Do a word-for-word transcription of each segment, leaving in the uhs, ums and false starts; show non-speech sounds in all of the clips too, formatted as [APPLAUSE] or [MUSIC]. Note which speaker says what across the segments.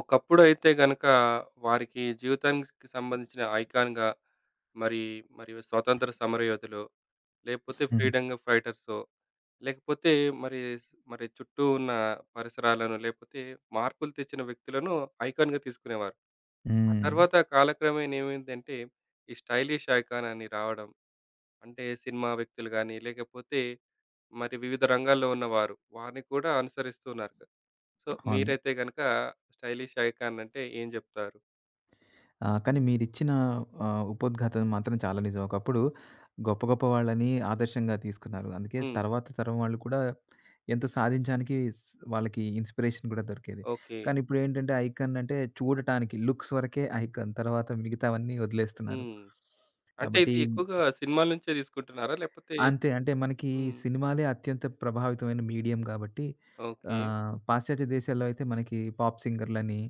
Speaker 1: ఒకప్పుడైతే గనక వారికి జీవితానికి సంబంధించిన ఐకాన్‌గా మరి, మరి స్వాతంత్ర సమరయోధులో, లేకపోతే
Speaker 2: హుహు.
Speaker 1: ఫ్రీడమ్ ఫైటర్సో, లేకపోతే మరి, మరి చుట్టూ ఉన్న పరిసరాలను, లేకపోతే మార్పులు తెచ్చిన వ్యక్తులను ఐకాన్‌గా తీసుకునేవారు. ఆ
Speaker 2: హ్మ్.
Speaker 1: తర్వాత కాలక్రమేణా ఏమైందంటే, ఈ స్టైలిష్ ఐకాన్ అని రావడం. అంటే సినిమా వ్యక్తులు గాని, లేకపోతే మరి వివిధ రంగాల్లో ఉన్నవారు వారిని కూడా అనుసరిస్తున్నారు. సో,
Speaker 2: అవును.
Speaker 1: మీరైతే గనక స్టైలిష్ ఐకాన్ అంటే ఏం జెప్తారు?
Speaker 2: ఆ! కానీ మీరిచ్చిన ఆహ్, ఉపోద్ఘాతం మాత్రం చాలా నిజం. ఒకప్పుడు గొప్ప గొప్ప వాళ్ళని ఆదర్శంగా తీసుకున్నారు. అందుకే
Speaker 1: హ్మ్.
Speaker 2: తర్వాత తరం వాళ్ళు కూడా ఎంతో సాధించడానికి స్ వాళ్ళకి ఇన్‌స్పిరేషన్ కూడా దొరికేది.
Speaker 1: ఓకే.
Speaker 2: కానీ ఇప్పుడేంటంటే ఐకాన్ అంటే చూడటానికి లుక్స్ వరకే ఐకాన్. తర్వాత మిగతావన్నీ వదిలేస్తున్నారు.
Speaker 1: హ్మ్. అంటే
Speaker 2: కాబట్టి
Speaker 1: ఇది ఎక్కువగా సినిమాల నుంచే తీసుకుంటున్నారా? లేపోతే
Speaker 2: అంతే. అంటే మనకి
Speaker 1: హ్మ్.
Speaker 2: సినిమాలే అత్యంత ప్రభావితమైన మీడియం గాబట్టి,
Speaker 1: ఓకే.
Speaker 2: ఆహ్, పాశ్చాత్య దేశాల్లో అయితే మనకి పాప్ సింగర్‌లని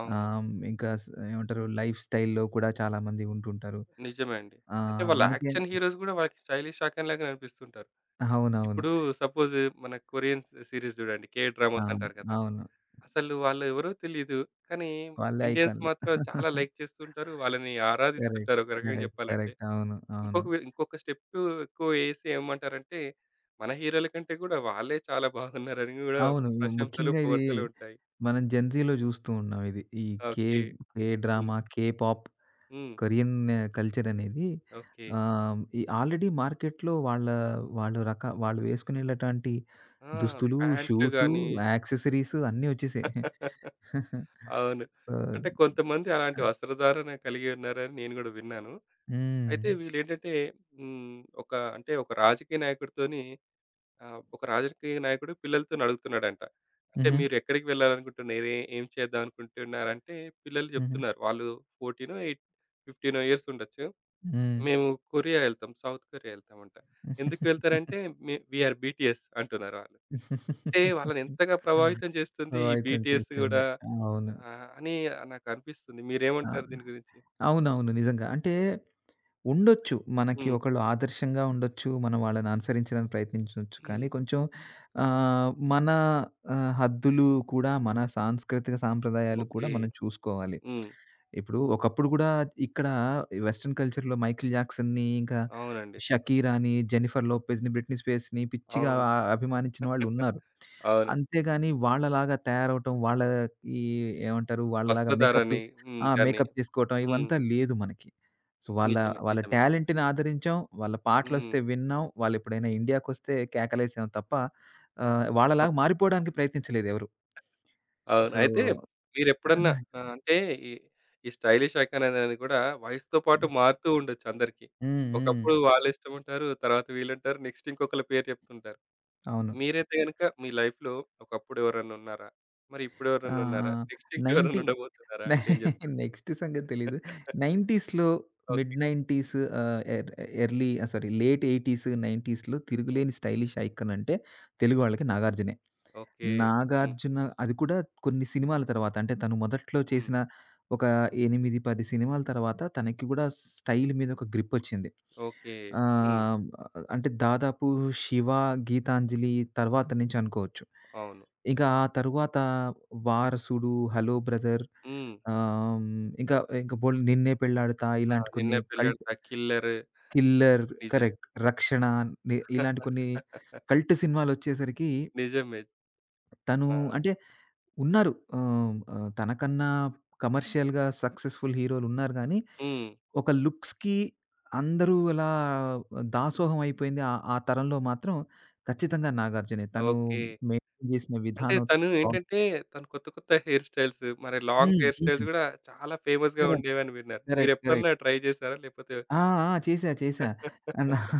Speaker 1: అవును.
Speaker 2: ఆహ్, ఇంకా స్ ఏమంటారు లైఫ్ స్టైల్‌లో కూడా చాలామంది ఉంటుంటారు.
Speaker 1: నిజమే అండి. అంటే
Speaker 2: ఆహ్,
Speaker 1: వాళ్ళ
Speaker 2: మనకి
Speaker 1: యాక్షన్ హీరోస్ గూడా వాళ్ళకి స్టైలిష్ ఐకాన్ లాగానే అనిపిస్తుంటారు.
Speaker 2: అవునవును.
Speaker 1: ఇప్పుడు సపోజ్ మన కొరియన్ స్ సీరీస్ జూడండి. కే డ్రామాస్
Speaker 2: అవును.
Speaker 1: అంటారు కదా!
Speaker 2: అవును.
Speaker 1: అసలు వాళ్ళు ఎవరో తెలీదు. కానీ
Speaker 2: వాళ్ళే
Speaker 1: ఇండియన్స్
Speaker 2: ఐకాన్‌లు.
Speaker 1: మాత్రం చాలా లైక్ చేస్తుంటారు. వాళ్ళని
Speaker 2: కరెక్ట్.
Speaker 1: ఆరాధిస్తుంటారు ఒక రకంగా
Speaker 2: కరెక్ట్.
Speaker 1: జెప్పాలంటే.
Speaker 2: కరెక్ట్. అవును. అవును.
Speaker 1: ఇంకొక వి ఇంకొక స్టెప్ ఎక్కువేసి ఏమంటారంటే, మన హీరోల కంటే గూడా వాళ్ళే చాలా బాగున్నారని గూడా
Speaker 2: అవును. ఇవి
Speaker 1: ప్రశంసలు,
Speaker 2: ముఖ్యంగా ఇది
Speaker 1: పొగడ్తలు ఉంటాయి.
Speaker 2: మనం జెన్‌జీలో జూస్తూ ఉన్నాం ఇది. ఈ కే
Speaker 1: ఓకే.
Speaker 2: కే
Speaker 1: హ్మ్.
Speaker 2: డ్రామా, కే పాప్
Speaker 1: హ్మ్.
Speaker 2: కొరియన్ కల్చర్ అనేది
Speaker 1: ఓకే.
Speaker 2: ఆహ్, ఈ ఆల్రెడీ మార్కెట్‌లో వాళ్ళ వాళ్ళు రక వాళ్ళు వేసుకునేలటువంటి
Speaker 1: ఆ!
Speaker 2: దుస్తులు,
Speaker 1: ప్యాంట్లు
Speaker 2: షూసు,
Speaker 1: గాని
Speaker 2: యాక్సెసరీస్ అన్నీ వచ్చేసాయి.
Speaker 1: [LAUGHS] అవును.
Speaker 2: సో
Speaker 1: అంటే కొంతమంది అలాంటి వస్త్రధారణ కలిగి ఉన్నారని నేను గూడా విన్నాను.
Speaker 2: హ్మ్.
Speaker 1: అయితే వీళ్ళేంటంటే హ్మ్. ఒక అంటే ఒక రాజకీయ నాయకుడితోని ఆ! ఒక రాజకీయ నాయకుడు పిల్లలతోని అడుగుతున్నాడంట. అంటే
Speaker 2: హుహు.
Speaker 1: మీరు ఎక్కడికి వెళ్ళాలనుకుంటున్నారు? ఏ ఏం చేద్దాం అనుకుంటున్నారంటే పిల్లలు
Speaker 2: హుహు.
Speaker 1: చెప్తున్నారు. వాళ్ళు 14నో, ఎయిట్ 15నో ఇయర్స్ ఉండొచ్చు.
Speaker 2: హ్మ్.
Speaker 1: మేము కొరియా ఎళ్తాం. సౌత్ కొరియా ఎళ్తామంట. ఎందుకు వెళ్తారంటే మే వి ఆర్ బీటీఎస్ అంటున్నారు వాళ్ళు. అంటే వాళ్ళని ఎంతగా
Speaker 2: [LAUGHS]
Speaker 1: ప్రభావితం చేస్తుంది ఈ
Speaker 2: ప్రభావితం
Speaker 1: బీటీఎస్
Speaker 2: చేసింది.
Speaker 1: గూడా
Speaker 2: అవును.
Speaker 1: ఆహ్, అని నాకు అనిపిస్తుంది.
Speaker 2: ఆ!
Speaker 1: మీరేమంటారు దీని గురించి?
Speaker 2: అవునవును. నిజంగా. అంటే ఉండొచ్చు. మనకి
Speaker 1: హ్మ్.
Speaker 2: ఒకళ్ళు ఆదర్శంగా ఉండొచ్చు. మనం వాళ్ళని అనుసరించడానికి ప్రయత్నించొచ్చు. కానీ
Speaker 1: హ్మ్.
Speaker 2: కొంచెం ఆహ్, మన ఆహ్, హద్దులు కూడా మన సాంస్కృతిక సాంప్రదాయాలు కూడా
Speaker 1: ఓకే.
Speaker 2: మనం చూసుకోవాలి.
Speaker 1: హ్మ్.
Speaker 2: ఇప్పుడు ఒకప్పుడు గూడా ఇక్కడ ఈ వెస్టర్న్ కల్చర్‌లో 'మైఖేల్ జాక్సన్‌ని' ఇంకా
Speaker 1: అవునండి.
Speaker 2: 'షకీరాని', 'జెన్నిఫర్ లోపెజ్‌ని', 'బ్రిట్నీ స్పియర్స్‌ని' పిచ్చిగా
Speaker 1: అవును.
Speaker 2: ఆ అభిమానించిన వాళ్ళు
Speaker 1: [LAUGHS]
Speaker 2: ఉన్నారు.
Speaker 1: అవును.
Speaker 2: అంతేగాని వాళ్ళలాగా తయారవ్వటం, వాళ్ళకి ఏమంటారు వాళ్ళలాగా మేకప్‌లు
Speaker 1: వస్త్రధారని. హ్మ్.
Speaker 2: ఆ!
Speaker 1: దాన్ని.
Speaker 2: మేకప్ చేసుకోవటం
Speaker 1: హ్మ్.
Speaker 2: ఇవంతా లేదు మనకి. సో, వాళ్ళ
Speaker 1: నిజమే.
Speaker 2: వాళ్ళ
Speaker 1: నిజమే.
Speaker 2: టాలెంట్‌ని ఆదరించాం. వాళ్ళ
Speaker 1: హ్మ్.
Speaker 2: పాటలొస్తే విన్నాం. వాళ్ళెప్పుడైనా ఇండియాకొస్తే కేకలేసాం తప్ప ఆహ్, వాళ్ళలాగా మారిపోవడానికి ప్రయత్నించలేదెవరు.
Speaker 1: అవును.
Speaker 2: సో
Speaker 1: అయితే మీరెప్పుడన్నా
Speaker 2: [LAUGHS]
Speaker 1: ఆహ్, అంటే ఈ ఈ స్టైలిష్ ఐకాన్ అనేది కూడా వయసుతో పాటు మారుతూ ఉండొచ్చు అందరికి.
Speaker 2: హ్మ్. హ్మ్.
Speaker 1: ఒకప్పుడు వాళ్ళిష్టముంటారు. తర్వాత వీళ్ళుంటారు. నెక్స్ట్ ఇంకొకళ్ళ పేరు చెప్తుంటారు.
Speaker 2: అవును.
Speaker 1: మీరైతే గనుక మీ లైఫ్‌లో ఒకప్పుడు ఎవరైనా ఉన్నారా? మరి ఇప్పుడు
Speaker 2: ఆ! ఆ!
Speaker 1: ఎవరైనా ఉన్నారా? నెక్స్ట్ ఇంకెవరైనా
Speaker 2: నైంటీ
Speaker 1: ఉండబోతున్నారా? అంటే ఏం
Speaker 2: [LAUGHS]
Speaker 1: చెప్తారు?
Speaker 2: నెక్స్ట్ సంగతి తెలీదు. 90స్‌లో mid
Speaker 1: okay.
Speaker 2: Nineties ah, er early sorry late eighties, 90స్‌లో
Speaker 1: హ్మ్.
Speaker 2: తిరుగులేని స్టైలిష్ ఐకాన్ అంటే తెలుగు వాళ్ళకి నాగార్జునే.
Speaker 1: ఓకే. హ్మ్.
Speaker 2: నాగార్జున అది కూడా కొన్ని సినిమాల తర్వాత అంటే తను మొదట్లో
Speaker 1: హ్మ్.
Speaker 2: చేసిన ఒక ఎనిమిది, పది సినిమాల తర్వాత తనకి గూడా స్టైల్ మీద ఒక గ్రిప్పొచ్చింది.
Speaker 1: ఓకే. హ్మ్.
Speaker 2: ఆహ్, అంటే దాదాపు 'శివ', 'గీతాంజలి' తర్వాత నుంచి అనుకోవచ్చు.
Speaker 1: అవును.
Speaker 2: ఇక ఆ తరువాత 'వారసుడు', 'హలో బ్రదర్'
Speaker 1: హ్మ్.
Speaker 2: ఆహ్, ఇంకా ఇంకా బోలెడు 'నిన్నే పెళ్లాడుతా'
Speaker 1: ఆ!
Speaker 2: ఇలాంటి కొన్ని
Speaker 1: 'Ninne
Speaker 2: cult
Speaker 1: Pelladatha', 'killer'
Speaker 2: 'killer'
Speaker 1: నిజం.
Speaker 2: కరెక్ట్. 'రక్షణ' ని ఇలాంటి కొన్ని
Speaker 1: [LAUGHS]
Speaker 2: కల్ట్ సినిమాలొచ్చేసరికి
Speaker 1: నిజమే.
Speaker 2: తను
Speaker 1: ఆ!
Speaker 2: అంటే ఉన్నారు. ఆహ్, ఆహ్, తనకన్నా కమర్షియల్‌గా సక్సెస్‌ఫుల్ హీరోలున్నారు గానీ,
Speaker 1: హ్మ్.
Speaker 2: ఒక లుక్స్‌కి అందరూ అలా దాసోహం అయిపోయింది. ఆ ఆ తరంలో మాత్రం ఖచ్చితంగా నాగార్జునే. తను
Speaker 1: ఓకే.
Speaker 2: మెయింటైన్ చేసిన
Speaker 1: అంటే
Speaker 2: విధానం.
Speaker 1: తను ఏంటంటే తను కొత్త కొత్త హెయిర్ స్టైల్స్ మరి long
Speaker 2: hmm.
Speaker 1: Hair styles
Speaker 2: hmm.
Speaker 1: గూడా చాలా ఫేమస్‌గా
Speaker 2: కరెక్ట్.
Speaker 1: ఉండేవని విన్నాను.
Speaker 2: కరెక్ట్.
Speaker 1: మీరెప్పుడన్నా
Speaker 2: కరెక్ట్.
Speaker 1: ట్రై చేసారా? లేపోతే
Speaker 2: ఆ! ఆ! చేశా. చేశా. అండ్
Speaker 1: [LAUGHS]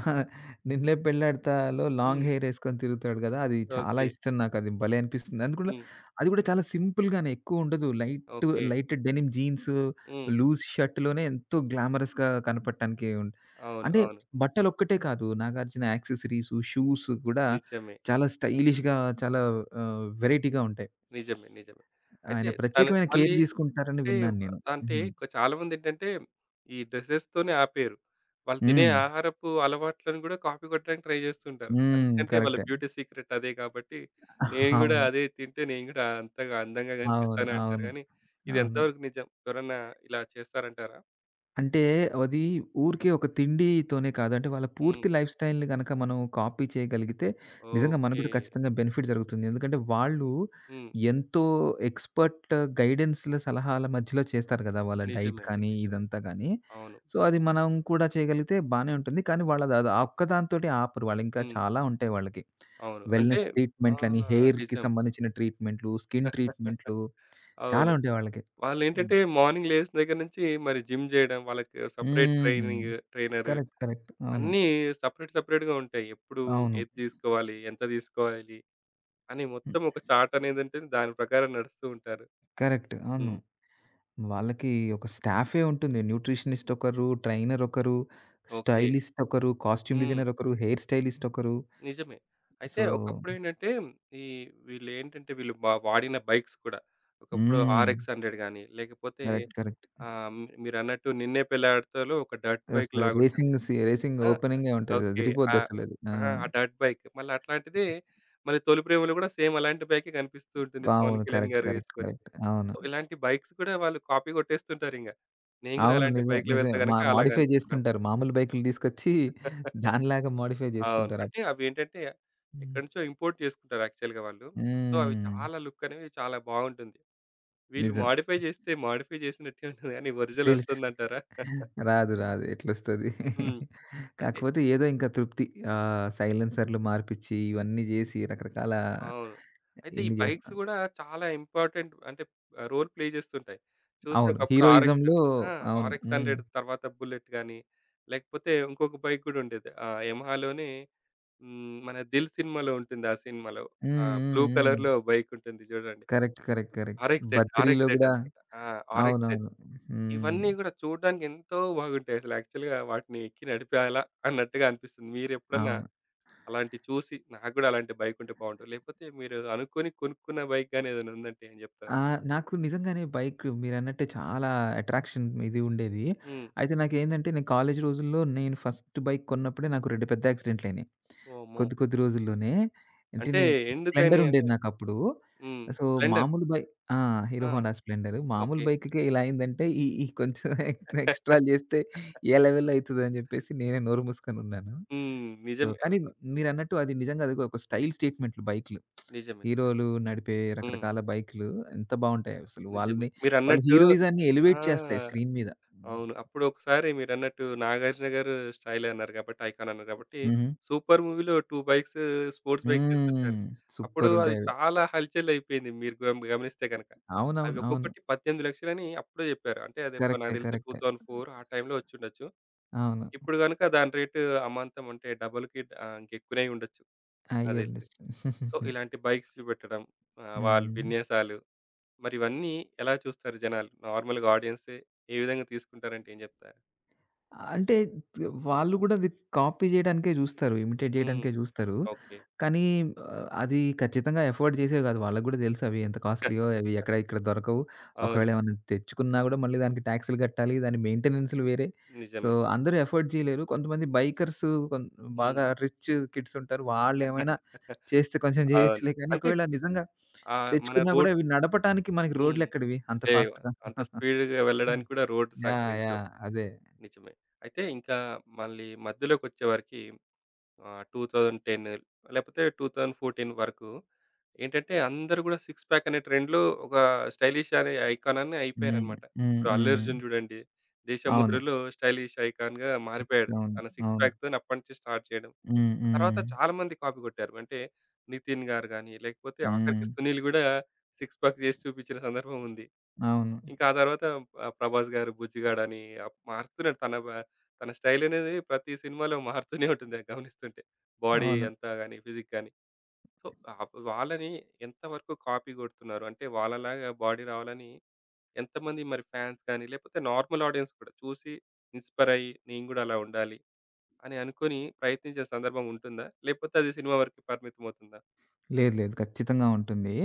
Speaker 2: 'నిన్నే పెళ్లాడతా'లో లాంగ్
Speaker 1: హ్మ్.
Speaker 2: హెయిర్ ఏసుకొని తిరుగుతాడు గదా! అది చాలా
Speaker 1: ఓకే.
Speaker 2: ఇష్టం నాకది భలే అనిపిస్తుంది. అది కూడా
Speaker 1: హ్మ్.
Speaker 2: అది కూడా చాలా సింపుల్‌గానే ఎక్కువుండదు. Light,
Speaker 1: okay.
Speaker 2: Light denim jeans,
Speaker 1: hmm.
Speaker 2: Loose షర్ట్‌లోనే ఎంతో గ్లామరస్‌గా కనపడటానికి ఉం
Speaker 1: అవును.
Speaker 2: అంటే
Speaker 1: అవును.
Speaker 2: బట్టలొక్కటే కాదు. నాగార్జున యాక్సెసరీసు, షూస్ కూడా
Speaker 1: నిజమే.
Speaker 2: చాలా స్టైలిష్‌గా చాలా ఆహ్, వెరైటీగా ఉంటాయి.
Speaker 1: నిజమే. నిజమే. అయితే
Speaker 2: ఆయన
Speaker 1: తను
Speaker 2: ప్రత్యేకమైన కేర్
Speaker 1: మళ్ళీ
Speaker 2: తీసుకుంటారని
Speaker 1: అంటే
Speaker 2: విన్నాను నేను.
Speaker 1: అంటే
Speaker 2: హ్మ్.
Speaker 1: ఇక చాలామందేంటంటే ఈ డ్రెసెస్‌తోనే ఆపేయరు. వాళ్ళు తినే
Speaker 2: హ్మ్.
Speaker 1: ఆహారపు అలవాట్లను గూడా కాపీ కొట్టడానికి ట్రై జేస్తుంటారు.
Speaker 2: హ్మ్.
Speaker 1: ఎందుకంటే వాళ్ళ
Speaker 2: కరెక్టే.
Speaker 1: బ్యూటీ సీక్రెట్ అదే కాబట్టి నేను గూడా
Speaker 2: అవును.
Speaker 1: అదే తింటే నేను గూడా అంతగా అందంగా
Speaker 2: అవును.
Speaker 1: గనిపిస్తానంటారు
Speaker 2: అవును.
Speaker 1: గానీ ఇది
Speaker 2: అవును.
Speaker 1: ఎంతవరకు నిజం? ఎవరన్నా ఇలా చేస్తారంటారా?
Speaker 2: అంటే అది ఊరికే ఒక తిండితోనే కాదు. అంటే వాళ్ళ
Speaker 1: హ్మ్.
Speaker 2: పూర్తి లైఫ్ స్టైల్‌ని గనక మనం కాపీ చేయగలిగితే నిజంగా మనకు
Speaker 1: ఓకే.
Speaker 2: కూడా ఖచ్చితంగా బెనిఫిట్ జరుగుతుంది. ఎందుకంటే వాళ్ళు
Speaker 1: హ్మ్.
Speaker 2: ఎంతో ఎక్స్‌పర్ట్ గైడెన్స్‌ల సలహాల మధ్యలో చేస్తారు గదా! వాళ్ళ డైట్
Speaker 1: నిజమే అండి.
Speaker 2: కానీ
Speaker 1: నిజమే.
Speaker 2: ఇదంతా గానీ.
Speaker 1: అవును.
Speaker 2: సో, అది మనం కూడా చేయగలిగితే బానే ఉంటుంది. కానీ వాళ్ళది అది ఆ ఒక్కదానితోటి ఆపరు. వాళ్ళు ఇంకా
Speaker 1: హ్మ్.
Speaker 2: చాలా ఉంటాయి వాళ్ళకి.
Speaker 1: అవును. అంటే
Speaker 2: వెల్‌నెస్
Speaker 1: ఆ!
Speaker 2: ట్రీట్‌మెంట్‌లని, హెయిర్‌కి
Speaker 1: నిజం.
Speaker 2: సంబంధించిన ట్రీట్‌మెంట్‌లు, స్కిన్
Speaker 1: [LAUGHS]
Speaker 2: ట్రీట్‌మెంట్‌లు చాలా
Speaker 1: అవును.
Speaker 2: ఉంటాయి వాళ్ళకి. హ్మ్.
Speaker 1: వాళ్ళేంటంటే మార్నింగ్ లేసిన దగ్గర నుంచి మరి జిమ్ జేయడం, వాళ్ళకి separate
Speaker 2: hmm.
Speaker 1: Training, trainer
Speaker 2: correct. Correct. అవును.
Speaker 1: అన్నీ సెపరేట్ సెపరేట్‌గా ఉంటాయి. ఎప్పుడు
Speaker 2: అవును.
Speaker 1: ఏది తీసుకోవాలి? ఎంత తీసుకోవాలి? అని
Speaker 2: హ్మ్.
Speaker 1: మొత్తం ఒక చార్ట్ అనేదుంటుంది. దాని ప్రకారం నడుస్తూ ఉంటారు.
Speaker 2: కరెక్ట్. అవును.
Speaker 1: హ్మ్.
Speaker 2: వాళ్ళకి ఒక స్టాఫే ఉంటుంది. న్యూట్రిషనిస్ట్ ఒకరు, ట్రైనర్ ఒకరు,
Speaker 1: ఓకే.
Speaker 2: స్టైలిస్ట్ ఒకరు, కాస్ట్యూమ్
Speaker 1: హ్మ్.
Speaker 2: డిజైనర్ ఒకరు, హెయిర్ స్టైలిస్ట్ ఒకరు.
Speaker 1: నిజమే. అయితే
Speaker 2: సో
Speaker 1: ఒకప్పుడేంటంటే ఈ వీళ్ళేంటంటే వీళ్ళు బ వాడిన బైక్స్ కూడా ఒకప్పుడు
Speaker 2: హ్మ్.
Speaker 1: ఆర్ఎక్స్ హండ్రెడ్ గాని, లేకపోతే
Speaker 2: కరెక్ట్. కరెక్ట్.
Speaker 1: ఆహ్, మీరన్నట్టు నిన్నే పెళ్లాడతాలో ఒక డర్ట్ బైక్
Speaker 2: అసలు
Speaker 1: లాగుంటుంది.
Speaker 2: రేసింగ్ సి రేసింగ్
Speaker 1: ఆ!
Speaker 2: ఓపెనింగే ఉంటది.
Speaker 1: ఓకే. ఆహ్,
Speaker 2: అదిరిపోద్దసలది. ఆ!
Speaker 1: అహా! ఆ డర్ట్ బైక్. మళ్ళీ అట్లాంటిదే మళ్ళీ 'తొలి ప్రేమలో' గూడా సేమ్ అలాంటి బైకే కనిపిస్తూ ఉంటుంది. పవన్
Speaker 2: అవును.
Speaker 1: కళ్యాణ్
Speaker 2: కరెక్ట్.
Speaker 1: గారు
Speaker 2: కరెక్ట్.
Speaker 1: యేసుకొని.
Speaker 2: కరెక్ట్. అవును.
Speaker 1: ఇలాంటి బైక్స్ కూడా వాళ్ళు కాపీ కొట్టేస్తుంటారింగ. నేను గూడా
Speaker 2: అవును.
Speaker 1: అలాంటి
Speaker 2: నిజమే.
Speaker 1: బైక్‌లో
Speaker 2: నిజమే.
Speaker 1: వెళ్తే
Speaker 2: మా
Speaker 1: గనుక అలా
Speaker 2: మోడిఫై
Speaker 1: కనిపిస్తాం.
Speaker 2: జేసుకుంటారు. మామూలు బైకులు తీసుకొచ్చి దానిలాగా మోడిఫై
Speaker 1: అవును.
Speaker 2: జేసుకుంటారు. అప్
Speaker 1: అంటే అవేంటంటే ఎక్కడి నుంచో ఇంపోర్ట్ చేసుకుంటారు యాక్చువల్‌గా వాళ్ళు. సో, అవి
Speaker 2: హ్మ్.
Speaker 1: చాలా లుక్ అనేవి చాలా బావుంటుంది. వీళ్ళు
Speaker 2: నిజం.
Speaker 1: మోడిఫై జేస్తే మోడిఫై జేసినట్టే ఉంటుంది గానీ ఒరిజినల్
Speaker 2: తెలుసు.
Speaker 1: ఒస్తుందంటారా?
Speaker 2: రాదు. రాదు. ఎట్లొస్తది?
Speaker 1: హ్మ్. [LAUGHS] అంటే
Speaker 2: కాకపోతే ఏదో ఇంకా తృప్తి. ఆహ్, సైలెన్సర్‌లు మార్పిచ్చి, ఇవన్నీ జేసి రకరకాల
Speaker 1: అవును. అయితే ఈ
Speaker 2: ఇన్ని
Speaker 1: బైక్స్
Speaker 2: జేస్తాం.
Speaker 1: గూడా చాలా ఇంపార్టెంట్ అంటే ఆహ్, రోల్ ప్లే జేస్తుంటాయి. చూస్తే
Speaker 2: అవును.
Speaker 1: ఒకప్పుడు ఆర్ఎక్స్ అన్
Speaker 2: హీరోయిజంలో
Speaker 1: ఆ!
Speaker 2: అవును.
Speaker 1: ఆర్ఎక్స్
Speaker 2: హ్మ్.
Speaker 1: హండ్రెడ్ తర్వాత బుల్లెట్ గాని, లేకపోతే ఇంకొక బైక్ గూడా ఉండేది. ఆహ్, యమహాలోనే హ్మ్. మన 'దిల్' సినిమాలో ఉంటుంది. ఆ సినిమాలో
Speaker 2: హ్మ్.
Speaker 1: ఆహ్,
Speaker 2: హ్మ్.
Speaker 1: బ్లూ
Speaker 2: హ్మ్.
Speaker 1: కలర్‌లో బైక్ ఉంటుంది జూడండి.
Speaker 2: Correct. Correct. Correct.
Speaker 1: RX Z,
Speaker 2: 'బద్రీలో'
Speaker 1: ఆర్ఎక్స్ జెడ్
Speaker 2: గూడా
Speaker 1: అనుకుంటా. ఆ! RX Z.
Speaker 2: అవునవును. హ్మ్.
Speaker 1: ఇవన్నీ గూడా చూడడానికి ఎంతో బాగుంటాయి. అసలు యాక్చువల్‌గా వాటిని ఎక్కి నడిపేయాలా అన్నట్టుగా అనిపిస్తుంది. మీరెప్పుడన్నా
Speaker 2: అవును.
Speaker 1: అలాంటివి చూసి నాకు గూడా అలాంటి బైక్ ఉంటే బావుండు. లేకపోతే మీరు అనుకోని కొనుక్కున్న బైక్ గాని ఏదైనా ఉందంటే ఏం
Speaker 2: ఆ!
Speaker 1: జెప్తారు?
Speaker 2: నాకు నిజంగానే బైక్ మీరన్నట్టే చాలా అట్రాక్షన్ ఇది ఉండేది.
Speaker 1: హ్మ్.
Speaker 2: అయితే నాకేందంటే నేను కాలేజీ రోజుల్లో నేను ఫస్ట్ బైక్ కొన్నప్పుడే నాకు రెండు పెద్ద యాక్సిడెంట్‌లయినాయి.
Speaker 1: వామ్మో!
Speaker 2: కొద్ది కొద్ది రోజుల్లోనే. అంటే
Speaker 1: అంటే
Speaker 2: నేను స్ప్లెండర్
Speaker 1: ఎందుకని అంటే
Speaker 2: ఉండేది నాకప్పుడు.
Speaker 1: హ్మ్.
Speaker 2: So,
Speaker 1: Splendor.
Speaker 2: మామూలు బై ఆ! హీరో
Speaker 1: ఆ!
Speaker 2: Honda Splendor. మామూలు
Speaker 1: ఓకే.
Speaker 2: బైక్‌కే ఇలా అయిందంటే ఈ ఈ కొంచెం ఎక్ ఎక్స్‌ట్రాలు
Speaker 1: [LAUGHS]
Speaker 2: చేస్తే ఏ లెవెల్‌లో అయితదని చెప్పేసి నేనే నోరు మూసుకొని ఉన్నాను.
Speaker 1: హ్మ్.
Speaker 2: సో,
Speaker 1: నిజమే.
Speaker 2: కానీ
Speaker 1: ఒక-
Speaker 2: మీరన్నట్టు అది నిజంగా అది ఒక స్టైల్ స్టేట్మెంట్‌లు బైక్‌లు.
Speaker 1: నిజమే. నిజమే.
Speaker 2: హీరోలు నడిపే
Speaker 1: హ్మ్.
Speaker 2: రకరకాల బైకులు ఎంత బావుంటాయి అసలు.
Speaker 1: నిజమే.
Speaker 2: వాళ్ళని వాళ్ళ
Speaker 1: మీరన్నట్టు
Speaker 2: హీరోయిజాన్ని
Speaker 1: ఆ!
Speaker 2: ఎలివేట్ చేస్తాయి స్క్రీన్ మీద. హ్మ్.
Speaker 1: అవును. అప్పుడు ఒకసారి మీరన్నట్టు 'నాగార్జున గారు' స్టైలే అన్నారు కాబట్టి, ఐకాన్ అన్నారు కాబట్టి
Speaker 2: హుహు.
Speaker 1: 'సూపర్' మూవీలో రెండు బైక్స్ స్పోర్ట్స్ బైక్స్ తీసుకొచ్చారు.
Speaker 2: హ్మ్.
Speaker 1: అప్పుడు అది
Speaker 2: సూపరుంటాయి అవి.
Speaker 1: చాలా హల్చల్ అయిపోయింది. మీరు గమ గమనిస్తే గనక. అవి
Speaker 2: అవునవును. అవును.
Speaker 1: ఒక్కొక్కటి పద్దెనిమిది లక్షలు అని అప్పుడే చెప్పారు. అంటే అది ఒక
Speaker 2: కరెక్టే.
Speaker 1: నాకు తెలిసి
Speaker 2: కరెక్టే.
Speaker 1: రెండు వేల నాలుగు ఆ టైంలో వచ్చుండొచ్చు.
Speaker 2: అవును.
Speaker 1: ఇప్పుడు గనుక దాని రేటు అమాంతం అంటే డబుల్‌కి ఆహ్, ఇంకెక్కువనే ఉండొచ్చు నాకు తెలిసి.
Speaker 2: అయ్యుండొచ్చు.
Speaker 1: సో,
Speaker 2: [LAUGHS]
Speaker 1: ఇలాంటి బైక్స్ చూపెట్టడం ఆహ్, వాళ్ళు
Speaker 2: హ్మ్.
Speaker 1: విన్యాసాలు మరి ఇవన్నీ ఎలా చూస్తారు జనాలు? నార్మల్‌గా ఆడియన్స్ ఏ విధంగా తీసుకుంటారంటే ఏం చెప్తారు?
Speaker 2: అంటే వాళ్ళు గూడా అది కాపీ జేయడానికే జూస్తారు. ఇమిటేట్
Speaker 1: హ్మ్.
Speaker 2: జేయడానికే జూస్తారు.
Speaker 1: ఓకే.
Speaker 2: కానీ ఆహ్, అది ఖచ్చితంగా ఎఫోర్డ్ చేసేవి గాదు. వాళ్ళకి గూడా తెలుసు అవి ఎంత కాస్ట్‌లీయో, అవి ఎక్కడ ఇక్కడ దొరకవు.
Speaker 1: అవును.
Speaker 2: ఒకవేళ ఏమన్నా తెచ్చుకున్నా గూడా మళ్ళీ దానికి ట్యాక్స్‌లు గట్టాలి. దాని మెయింటెనెన్స్‌లు వేరే. సో,
Speaker 1: నిజమే.
Speaker 2: అందరూ ఎఫోర్డ్ చేయలేరు. కొంతమంది బైకర్స్ కొన్
Speaker 1: హ్మ్.
Speaker 2: బాగా రిచ్ కిడ్స్ ఉంటారు. వాళ్ళేమైనా
Speaker 1: [LAUGHS]
Speaker 2: చేస్తే కొంచెం
Speaker 1: అవును.
Speaker 2: జేయొచ్చులే కానీ
Speaker 1: అంటే
Speaker 2: ఒకవేళ నిజంగా
Speaker 1: ఆహ్, మన
Speaker 2: తెచ్చుకున్నా గూడా
Speaker 1: రోడ్
Speaker 2: ఇవి నడపటానికి మనకి
Speaker 1: హ్మ్.
Speaker 2: రోడ్లెక్కడివి అంత
Speaker 1: అంటే
Speaker 2: ఫాస్ట్‌గా.
Speaker 1: అంత స్పీడ్‌గా
Speaker 2: హ్మ్.
Speaker 1: వెళ్ళడానికి కూడా రోడ్డు
Speaker 2: యాహ్!
Speaker 1: సహకరించవు.
Speaker 2: యాహ్! [LAUGHS] అదే.
Speaker 1: నిజమే. అయితే ఇంకా మళ్ళీ మధ్యలోకొచ్చేవరకి ఆహ్, రెండు వేల పది లేకపోతే రెండు వేల పద్నాలుగు వరకు ఏంటంటే అందరూ కూడా సిక్స్ ప్యాక్ అనే ట్రెండ్‌లో ఒక స్టైలిష్ అనే ఐకాన్ అని
Speaker 2: హ్మ్.
Speaker 1: అయిపోయారన్నమాట.
Speaker 2: హ్మ్.
Speaker 1: ఇప్పుడు 'అల్లు
Speaker 2: హ్మ్.
Speaker 1: అర్జున్' చూడండి
Speaker 2: అవును.
Speaker 1: 'దేశముద్ర'లో స్టైలిష్ ఐకాన్‌గా
Speaker 2: సిక్స్
Speaker 1: మారిపోయాడు.
Speaker 2: అవును.
Speaker 1: తన సిక్స్
Speaker 2: అవును.
Speaker 1: ప్యాక్‌తోని అప్పటి నుంచి స్టార్ట్ చేయడం.
Speaker 2: హ్మ్.
Speaker 1: ఆ తర్వాత
Speaker 2: హ్మ్.
Speaker 1: చాలా మంది కాపీ కొట్టారు. అంటే నితిన్ గారు గాని, లేకపోతే
Speaker 2: హ్మ్.
Speaker 1: ఆఖరికి సునీల్ గూడా సిక్స్ పాక్ చేసి చూపించిన సందర్భం ఉంది.
Speaker 2: అవును.
Speaker 1: ఇంకా ఆ తర్వాత ఆహ్, 'ప్రభాస్' గారు 'బుజ్జిగాడు' అని ఆ మారుస్తున్నాడు. తన బ తన స్టైల్ అనేది ప్రతి సినిమాలో మారుతూనే ఉంటుంది అది గమనిస్తుంటే. బాడీ
Speaker 2: అవును.
Speaker 1: అంతా గాని, ఫిజిక్ గాని. సో, ఆహ్, వాళ్ళని ఎంతవరకు కాపీ కొడుతున్నారు? అంటే వాళ్ళలాగా బాడీ రావాలని ఎంతమంది మరి ఫ్యాన్స్ గాని, లేకపోతే నార్మల్ ఆడియన్స్ కూడా చూసి ఇన్‌స్పైర్ అయ్యి నేను గూడా అలా ఉండాలి. అని అనుకోని ప్రయత్నించిన సందర్భం ఉంటుందా? లేపోతే అది సినిమా వరకే పరిమితమవుతుందా?
Speaker 2: లేదు. లేదు. ఖచ్చితంగా ఉంటుంది.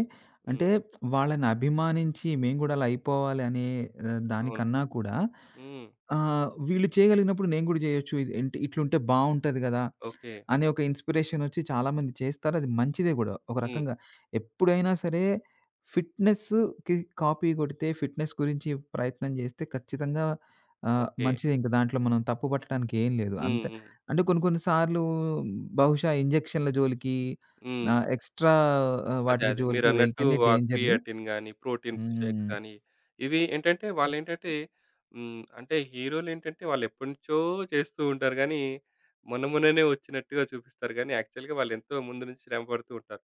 Speaker 1: హ్మ్.
Speaker 2: అంటే వాళ్ళని అభిమానించి మేము గూడా అలా అయిపోవాలి అనే ఆహ్,
Speaker 1: అవును.
Speaker 2: దానికన్నా కూడా
Speaker 1: హ్మ్.
Speaker 2: ఆహ్, వీళ్ళు చేయగలిగినప్పుడు నేను గూడా జేయొచ్చు. ఇది ఏంటి ఇట్లుంటే బావుంటది గదా!
Speaker 1: ఓకే.
Speaker 2: అనే ఒక ఇన్‌స్పిరేషన్ ఒచ్చి చాలామంది చేస్తారు. అది మంచిదే గూడా ఒక
Speaker 1: హ్మ్.
Speaker 2: రకంగా. ఎప్పుడైనా సరే ఫిట్‌నెస్‌కి కాపీ కొడితే ఫిట్‌నెస్ గురించి ప్రయత్నం జేస్తే ఖచ్చితంగా ఆహ్,
Speaker 1: ఓకే.
Speaker 2: మంచిదే. ఇంక దాంట్లో మనం తప్పు పట్టడానికి ఏం లేదు.
Speaker 1: హ్మ్.
Speaker 2: అంతే
Speaker 1: హ్మ్.
Speaker 2: అంటే కొన్ని కొన్ని సార్లు బహుశా ఇంజెక్షన్‌ల జోలికి
Speaker 1: హ్మ్.
Speaker 2: ఆ! ఎక్స్‌ట్రా ఆహ్,
Speaker 1: అదే.
Speaker 2: వాటికి
Speaker 1: అదే.
Speaker 2: జోలికి
Speaker 1: మీరన్నట్టు
Speaker 2: వెళ్తేనే
Speaker 1: ఆ
Speaker 2: డేంజర్.
Speaker 1: క్రియాటిన్ గాని, ప్రోటీన్ షేక్స్
Speaker 2: హ్మ్.
Speaker 1: గాని, ఇవి ఏంటంటే వాళ్ళేంటంటే హ్మ్. అంటే హీరోలేంటంటే వాళ్ళెప్పటి నుంచో చేస్తూ ఉంటారు గానీ, మొన్న మొన్ననే వచ్చినట్టుగా చూపిస్తారు గానీ, యాక్చువల్‌గా వాళ్ళెంతో ముందు నుంచి శ్రమ పడుతూ ఉంటారు.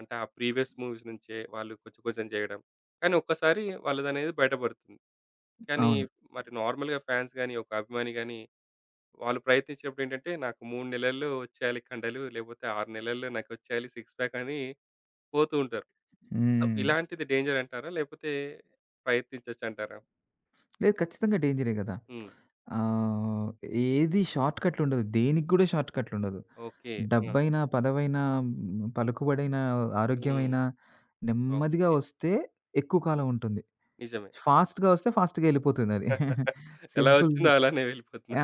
Speaker 1: అంటే ఆ ప్రీవియస్ మూవీస్ నుంచే వాళ్ళు కొంచెం కొంచెం జేయడం. కానీ ఒక్కసారి వాళ్ళదనేది బయట పడుతుంది. కానీ
Speaker 2: అవును.
Speaker 1: మరి నార్మల్‌గా ఫ్యాన్స్ గాని, ఒక అభిమాని గాని వాళ్ళు ప్రయత్నించినప్పుడు ఏంటంటే, నాకు మూడు నెలల్లో వచ్చేయాలి కండలు, లేకపోతే ఆరు నెలల్లో నాకొచ్చేయాలి సిక్స్ ప్యాక్ అని పోతూ ఉంటారు. సో,
Speaker 2: హ్మ్.
Speaker 1: ఇలాంటిది డేంజర్ అంటారా? లేకపోతే ప్రయత్నించొచ్చంటారా?
Speaker 2: లేదు ఖచ్చితంగా డేంజరే గదా!
Speaker 1: హ్మ్.
Speaker 2: ఆహ్, ఏది షార్ట్‌కట్లుండదు. దేనికి గూడా షార్ట్‌కట్లుండదు.
Speaker 1: ఓకే. ఆ!
Speaker 2: డబ్బైనా, పదవైనా, హ్మ్, పలుకుబడైనా,
Speaker 1: హ్మ్.
Speaker 2: ఆరోగ్యమైనా నెమ్మదిగా
Speaker 1: ఓకే.
Speaker 2: వస్తే ఎక్కువ కాలం ఉంటుంది.
Speaker 1: నిజమే.
Speaker 2: ఫాస్ట్‌గా వస్తే ఫాస్ట్‌గా ఎళ్ళిపోతుందది. [LAUGHS]
Speaker 1: [LAUGHS] ఎలా
Speaker 2: సింపుల్.
Speaker 1: వచ్చిందో అలానే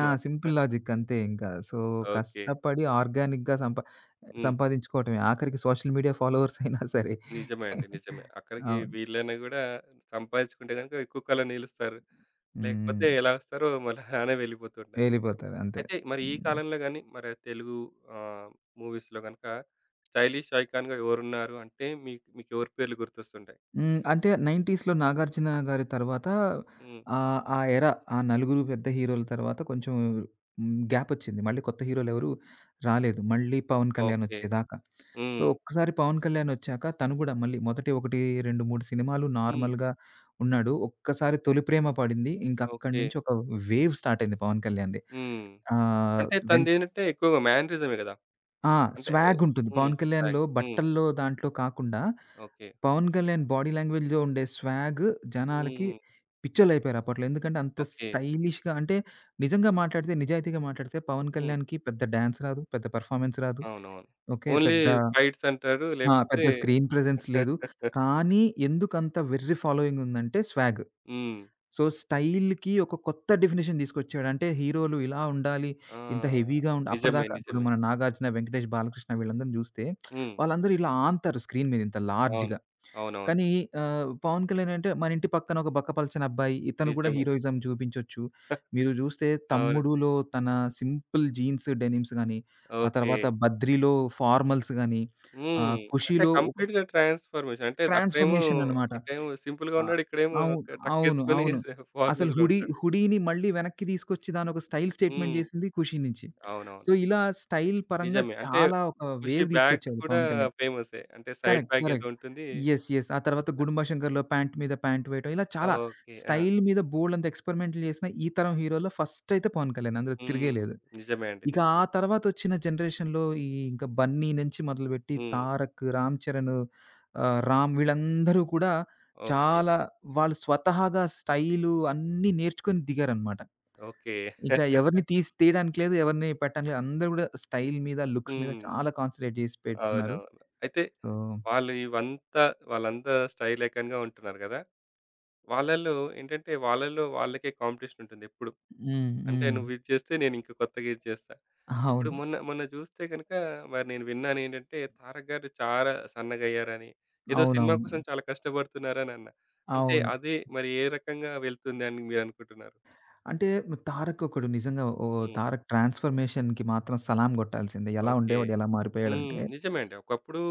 Speaker 2: ఆ! సింపుల్ లాజిక్ అంతే ఇంకా. So,
Speaker 1: okay.
Speaker 2: కష్టపడి ఆర్గానిక్‌గా సంపా
Speaker 1: హ్మ్.
Speaker 2: సంపాదించుకోవటమే. ఆఖరికి సోషల్ మీడియా ఫాలోవర్స్ అయినా సరే.
Speaker 1: నిజమే అండి. నిజమే. అక్కడికి
Speaker 2: అవును.
Speaker 1: వీళ్ళైనా గూడా సంపాదించుకుంటే గనుక ఎక్కువ కాలం నిలుస్తారు.
Speaker 2: హ్మ్.
Speaker 1: లేకపోతే ఎలా వస్తారో మళ్ళీ అలానే వెళ్ళిపోతుంటారు.
Speaker 2: ఎళ్ళిపోతారు అంతే.
Speaker 1: అయితే మరి ఈ
Speaker 2: హ్మ్.
Speaker 1: కాలంలో గాని, మరి తెలుగు ఆహ్, మూవీస్‌లో గనక స్టైలిష్ ఐకాన్‌గా ఎవరున్నారు అంటే మీకు మీకెవరి పేర్లు గుర్తొస్తుంటాయి?
Speaker 2: హ్మ్. అంటే 90స్‌లో 'నాగార్జున' గారి తర్వాత
Speaker 1: హ్మ్.
Speaker 2: ఆహ్, ఆ ఎరా ఆ నలుగురు పెద్ద హీరోల తర్వాత కొంచెం హ్మ్. గ్యాపొచ్చింది. మళ్ళీ కొత్త హీరోలెవరు రాలేదు. మళ్ళీ 'పవన్ కళ్యాణ్'
Speaker 1: ఓకే.
Speaker 2: వచ్చేదాకా. So,
Speaker 1: hmm.
Speaker 2: ఒక్కసారి 'పవన్ కళ్యాణ్' వచ్చాక తను గూడా మళ్ళీ మొదటి ఒకటి, రెండు, మూడు సినిమాలు
Speaker 1: హ్మ్.
Speaker 2: నార్మల్‌గా ఉన్నాడు. ఒక్కసారి 'తొలి ప్రేమ' పడింది. ఇంకక్కడి
Speaker 1: ఓకే.
Speaker 2: నుంచి ఒక వేవ్ స్టార్ట్ అయింది 'పవన్ కళ్యాణ్‌ది.'
Speaker 1: హ్మ్.
Speaker 2: ఆహ్,
Speaker 1: అంటే
Speaker 2: వెంట్
Speaker 1: తనదేంటంటే ఎక్కువగా మేనరిజమే గదా!
Speaker 2: ఆ!
Speaker 1: అంటే
Speaker 2: స్వాగుంటుంది.
Speaker 1: హ్మ్.
Speaker 2: 'పవన్ కళ్యాణ్‌లో'
Speaker 1: కరెక్ట్. హ్మ్.
Speaker 2: బట్టల్లో దాంట్లో కాకుండా
Speaker 1: ఓకే.
Speaker 2: పవన్ కళ్యాణ్ బాడీ లాంగ్వేజ్‌లో ఉండే స్వాగ్ జనాలకి
Speaker 1: హ్మ్.
Speaker 2: పిచ్చోలైపోయారు అప్పట్లో. ఎందుకంటే అంత
Speaker 1: ఓకే.
Speaker 2: స్టైలిష్‌గా అంటే నిజంగా మాట్లాడితే, నిజాయితీగా మాట్లాడితే పవన్
Speaker 1: హ్మ్.
Speaker 2: కళ్యాణ్‌కి పెద్ద డాన్స్ రాదు, పెద్ద పెర్ఫార్మన్స్ రాదు.
Speaker 1: అవునవును.
Speaker 2: ఓకే.
Speaker 1: ఓన్లీ
Speaker 2: పెద్ద
Speaker 1: ఫైట్స్ అంటారు.
Speaker 2: ఆ!
Speaker 1: లేకపోతే
Speaker 2: పెద్ద స్క్రీన్ ప్రెజెన్స్ లేదు.
Speaker 1: [LAUGHS]
Speaker 2: కానీ ఎందుకంత వెర్రి ఫాలోయింగ్ ఉందంటే స్వాగ్.
Speaker 1: హ్మ్.
Speaker 2: సో, స్టైల్‌కి ఒక కొత్త డెఫినిషన్ తీసుకొచ్చాడు. అంటే హీరోలు ఇలా ఉండాలి,
Speaker 1: ఆ!
Speaker 2: ఇంత హెవీగా ఉండ
Speaker 1: నిజమే.
Speaker 2: అప్పటిదాకా ఇప్పుడు
Speaker 1: నిజమే.
Speaker 2: మన నాగార్జున, వెంకటేష్ బాలకృష్ణ వీళ్ళందరిని చూస్తే
Speaker 1: హ్మ్.
Speaker 2: వాళ్ళందరూ ఇలా ఆన్తారు స్క్రీన్ మీద ఇంత
Speaker 1: అవును.
Speaker 2: లార్జ్‌గా.
Speaker 1: అవునవును.
Speaker 2: కానీ ఆహ్, 'పవన్ కళ్యాణ్' అంటే మన ఇంటి పక్కన ఒక బక్కపలచని అబ్బాయి. ఇతను కూడా
Speaker 1: నిజమే.
Speaker 2: హీరోయిజం చూపించొచ్చు. మీరు చూస్తే
Speaker 1: అవును.
Speaker 2: 'తమ్ముడులో' తన సింపుల్ జీన్స్, డెనిమ్స్ గాని, ఆ
Speaker 1: ఓకే.
Speaker 2: తర్వాత 'బద్రీలో' ఫార్మల్స్ గాని,
Speaker 1: హ్మ్.
Speaker 2: ఆహ్,
Speaker 1: అంటే
Speaker 2: 'ఖుషీలో' ఒక
Speaker 1: కంప్లీట్‌గా ట్రాన్స్‌ఫర్మేషన్. అంటే అక్కడేమో
Speaker 2: ట్రాన్స్‌ఫర్మేషన్ అన్నమాట.
Speaker 1: అక్కడేమో సింపుల్‌గా
Speaker 2: ఆహ్,
Speaker 1: ఉన్నాడు. ఇక్కడేమో
Speaker 2: అవు
Speaker 1: క
Speaker 2: అవును.
Speaker 1: టక్కేసుకొని
Speaker 2: అవును. అసలు
Speaker 1: ఫార్మల్స్‌లో
Speaker 2: హుడీ
Speaker 1: ఉంటాడు.
Speaker 2: హుడీని మళ్ళీ వెనక్కి తీసుకొచ్చి దాన్నొక స్టైల్ స్టేట్‌మెంట్
Speaker 1: హ్మ్.
Speaker 2: చేసింది 'ఖుషీ' నుంచి. సో,
Speaker 1: అవునవును.
Speaker 2: ఇలా స్టైల్ పరంగా
Speaker 1: నిజమే. అంటే
Speaker 2: చాలా ఒక
Speaker 1: ఖుషి
Speaker 2: వేవ్
Speaker 1: బ్యాగ్స్
Speaker 2: తీసుకొచ్చాడు
Speaker 1: కూడా
Speaker 2: 'పవన్ కళ్యాణ్'.
Speaker 1: ఫేమసే. అంటే సైడ్
Speaker 2: కరెక్ట్.
Speaker 1: బ్యాగ్ ఏదో
Speaker 2: కరెక్ట్.
Speaker 1: ఉంటుంది.
Speaker 2: యెస్. యెస్. ఆ తర్వాత 'గుడుంబ శంకర్‌లో' ప్యాంట్ మీద ప్యాంట్ వేయటం ఇలా చాలా
Speaker 1: ఓకే. ఆ!
Speaker 2: స్టైల్ మీద బోలెడంత ఎక్స్పెరిమెంట్‌లు చేసిన ఈ తరం హీరోల్లో ఫస్ట్ అయితే 'పవన్ కళ్యాణ్' అందులో
Speaker 1: హ్మ్.
Speaker 2: తిరిగేలేదు.
Speaker 1: నిజమే అండి.
Speaker 2: ఇక ఆ
Speaker 1: నిజమే.
Speaker 2: తర్వాత వచ్చిన జనరేషన్‌లో ఈ ఇంకా 'బన్నీ' నుంచి మొదలుపెట్టి
Speaker 1: హ్మ్.
Speaker 2: 'తారక్', 'రామ్ చరణ్' ఆహ్, 'రామ్' వీళ్ళందరూ కూడా
Speaker 1: ఓకే.
Speaker 2: చాలా వాళ్ళు స్వతహాగా స్టైలు అన్నీ నేర్చుకొని దిగారనమాట.
Speaker 1: ఓకే.
Speaker 2: ఇక ఎవరిని తీసి తీయడానికి లేదు. ఎవరిని పెట్టడానికి లేదు. అందరూ కూడా స్టైల్ మీద, లుక్స్ మీద
Speaker 1: హ్మ్.
Speaker 2: చాలా కాన్సంట్రేట్ చేసి పెడుతున్నారు.
Speaker 1: అవునవును. అయితే
Speaker 2: సో
Speaker 1: వాళ్ళు ఇవంతా వాళ్ళంతా స్టైల్ ఐకాన్‌గా ఉంటున్నారు గదా! వాళ్ళలో ఏంటంటే వాళ్ళలో వాళ్ళకే కాంపిటీషన్ ఉంటుంది ఎప్పుడు.
Speaker 2: హ్మ్.
Speaker 1: అంటే
Speaker 2: హ్మ్.
Speaker 1: నువ్విది చేస్తే నేనింక కొత్తగా ఇది చేస్తా. ఇప్పుడు
Speaker 2: అవును.
Speaker 1: మొన్న మొన్న చూస్తే గనుక మరి నేను విన్నానేంటంటే 'తారక్' గారు చాలా సన్నగయ్యారని, ఏదో సినిమా
Speaker 2: అవునవును.
Speaker 1: కోసం చాలా కష్టపడుతున్నారని అన్నా. అంటే
Speaker 2: అవును.
Speaker 1: అదే మరి ఏ రకంగా వెళ్తుంది అని మీరనుకుంటున్నారు?
Speaker 2: అంటే తారక్ ఒకడు నిజంగా ఓ
Speaker 1: హ్మ్.
Speaker 2: తారక్ ట్రాన్స్‌ఫర్మేషన్‌కి మాత్రం సలాం గొట్టాల్సిందే. ఎలా
Speaker 1: ఓకే.
Speaker 2: ఉండేవాడు, ఎలా
Speaker 1: హ్మ్.
Speaker 2: మారిపోయాడంటే
Speaker 1: నిజమే అండి. ఒకప్పుడు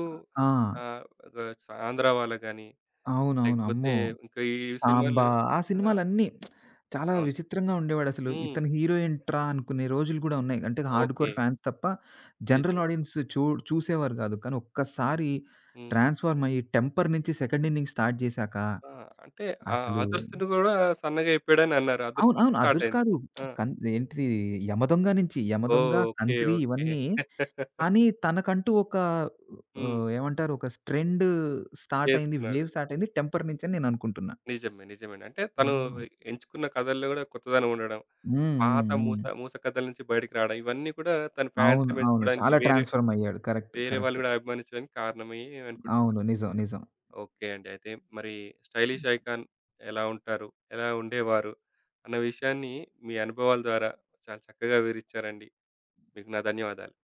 Speaker 2: ఆ!
Speaker 1: ఆహ్, ఒక స 'ఆంధ్ర వాళ్ళ' గాని,
Speaker 2: అవునవును.
Speaker 1: లేకపోతే
Speaker 2: అమ్మో!
Speaker 1: ఇంకా ఈ సినిమాల్లో
Speaker 2: 'సాంబా' ఆ
Speaker 1: ఆ!
Speaker 2: సినిమాలన్నీ చాలా
Speaker 1: అవును.
Speaker 2: విచిత్రంగా ఉండేవాడసలు.
Speaker 1: హ్మ్.
Speaker 2: ఇతను హీరో ఏంట్రా అనుకునే రోజులు గూడా ఉన్నాయి. అంటే
Speaker 1: ఓకే.
Speaker 2: హార్డ్‌కోర్ ఫ్యాన్స్ తప్ప జనరల్
Speaker 1: నిజమే.
Speaker 2: ఆడియన్స్ చూ చూసేవారు గాదు. కానీ ఒక్కసారి
Speaker 1: హ్మ్.
Speaker 2: ట్రాన్స్‌ఫార్మ్ అయ్యి 'టెంపర్' నుంచి సెకండ్ ఇన్నింగ్ స్టార్ట్ జేశాక
Speaker 1: ఆ! అంటే ఆ
Speaker 2: అసలు
Speaker 1: 'అదుర్స్‌ని' గూడా సన్నగయిపోయాడని అన్నారు. 'అదుర్స్'
Speaker 2: అవును.
Speaker 1: నుంచి
Speaker 2: అవును.
Speaker 1: స్టార్ట్
Speaker 2: అదుర్స్
Speaker 1: అయింది.
Speaker 2: కాదు.
Speaker 1: ఆ!
Speaker 2: కన్ ఏంటిది యమదొంగ నుంచి, యమదొంగ,
Speaker 1: ఓకే.
Speaker 2: తంత్రి
Speaker 1: ఓకే.
Speaker 2: ఇవన్నీ
Speaker 1: [LAUGHS]
Speaker 2: కానీ తనకంటూ ఒక
Speaker 1: హ్మ్.
Speaker 2: ఆహ్, ఏమంటారు ఒక ట్రెండ్ స్టార్ట్ అయింది.
Speaker 1: చేసుకున్నాడు.
Speaker 2: వేవ్ స్టార్ట్ అయింది టెంపర్ నుంచి అని నేను అనుకుంటున్నా.
Speaker 1: నిజమే. నిజమేనండి. అంటే తను
Speaker 2: ఆ!
Speaker 1: ఎంచుకున్న కథల్లో గూడా కొత్తదనం ఉండడం.
Speaker 2: హ్మ్. హ్మ్.
Speaker 1: పాత
Speaker 2: హ్మ్.
Speaker 1: మూస మూస కథల నుంచి బయటికి రావడం. ఇవన్నీ కూడా తన
Speaker 2: అవును.
Speaker 1: ఫ్యాన్స్‌ని
Speaker 2: అవును.
Speaker 1: పెంచుకోవడానికి
Speaker 2: చాలా
Speaker 1: వేరే
Speaker 2: ట్రాన్స్‌ఫార్మ్ అయ్యాడు. కరెక్ట్.
Speaker 1: వేరే వాళ్ళు
Speaker 2: కరెక్ట్.
Speaker 1: గూడా అభిమానించడానికి కారణమే అనుకుంటున్నా.
Speaker 2: అవును. నిజం. నిజం.
Speaker 1: ఓకే అండి. అయితే మరి స్టైలిష్ ఐకాన్ ఎలా ఉంటారు? ఎలా ఉండేవారు? అన్న విషయాన్ని మీ అనుభవాల ద్వారా చాలా చక్కగా వివరిచ్చారండి. మీకు నా ధన్యవాదాలు.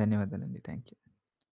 Speaker 2: ధన్యవాదాలండి. థాంక్యూ.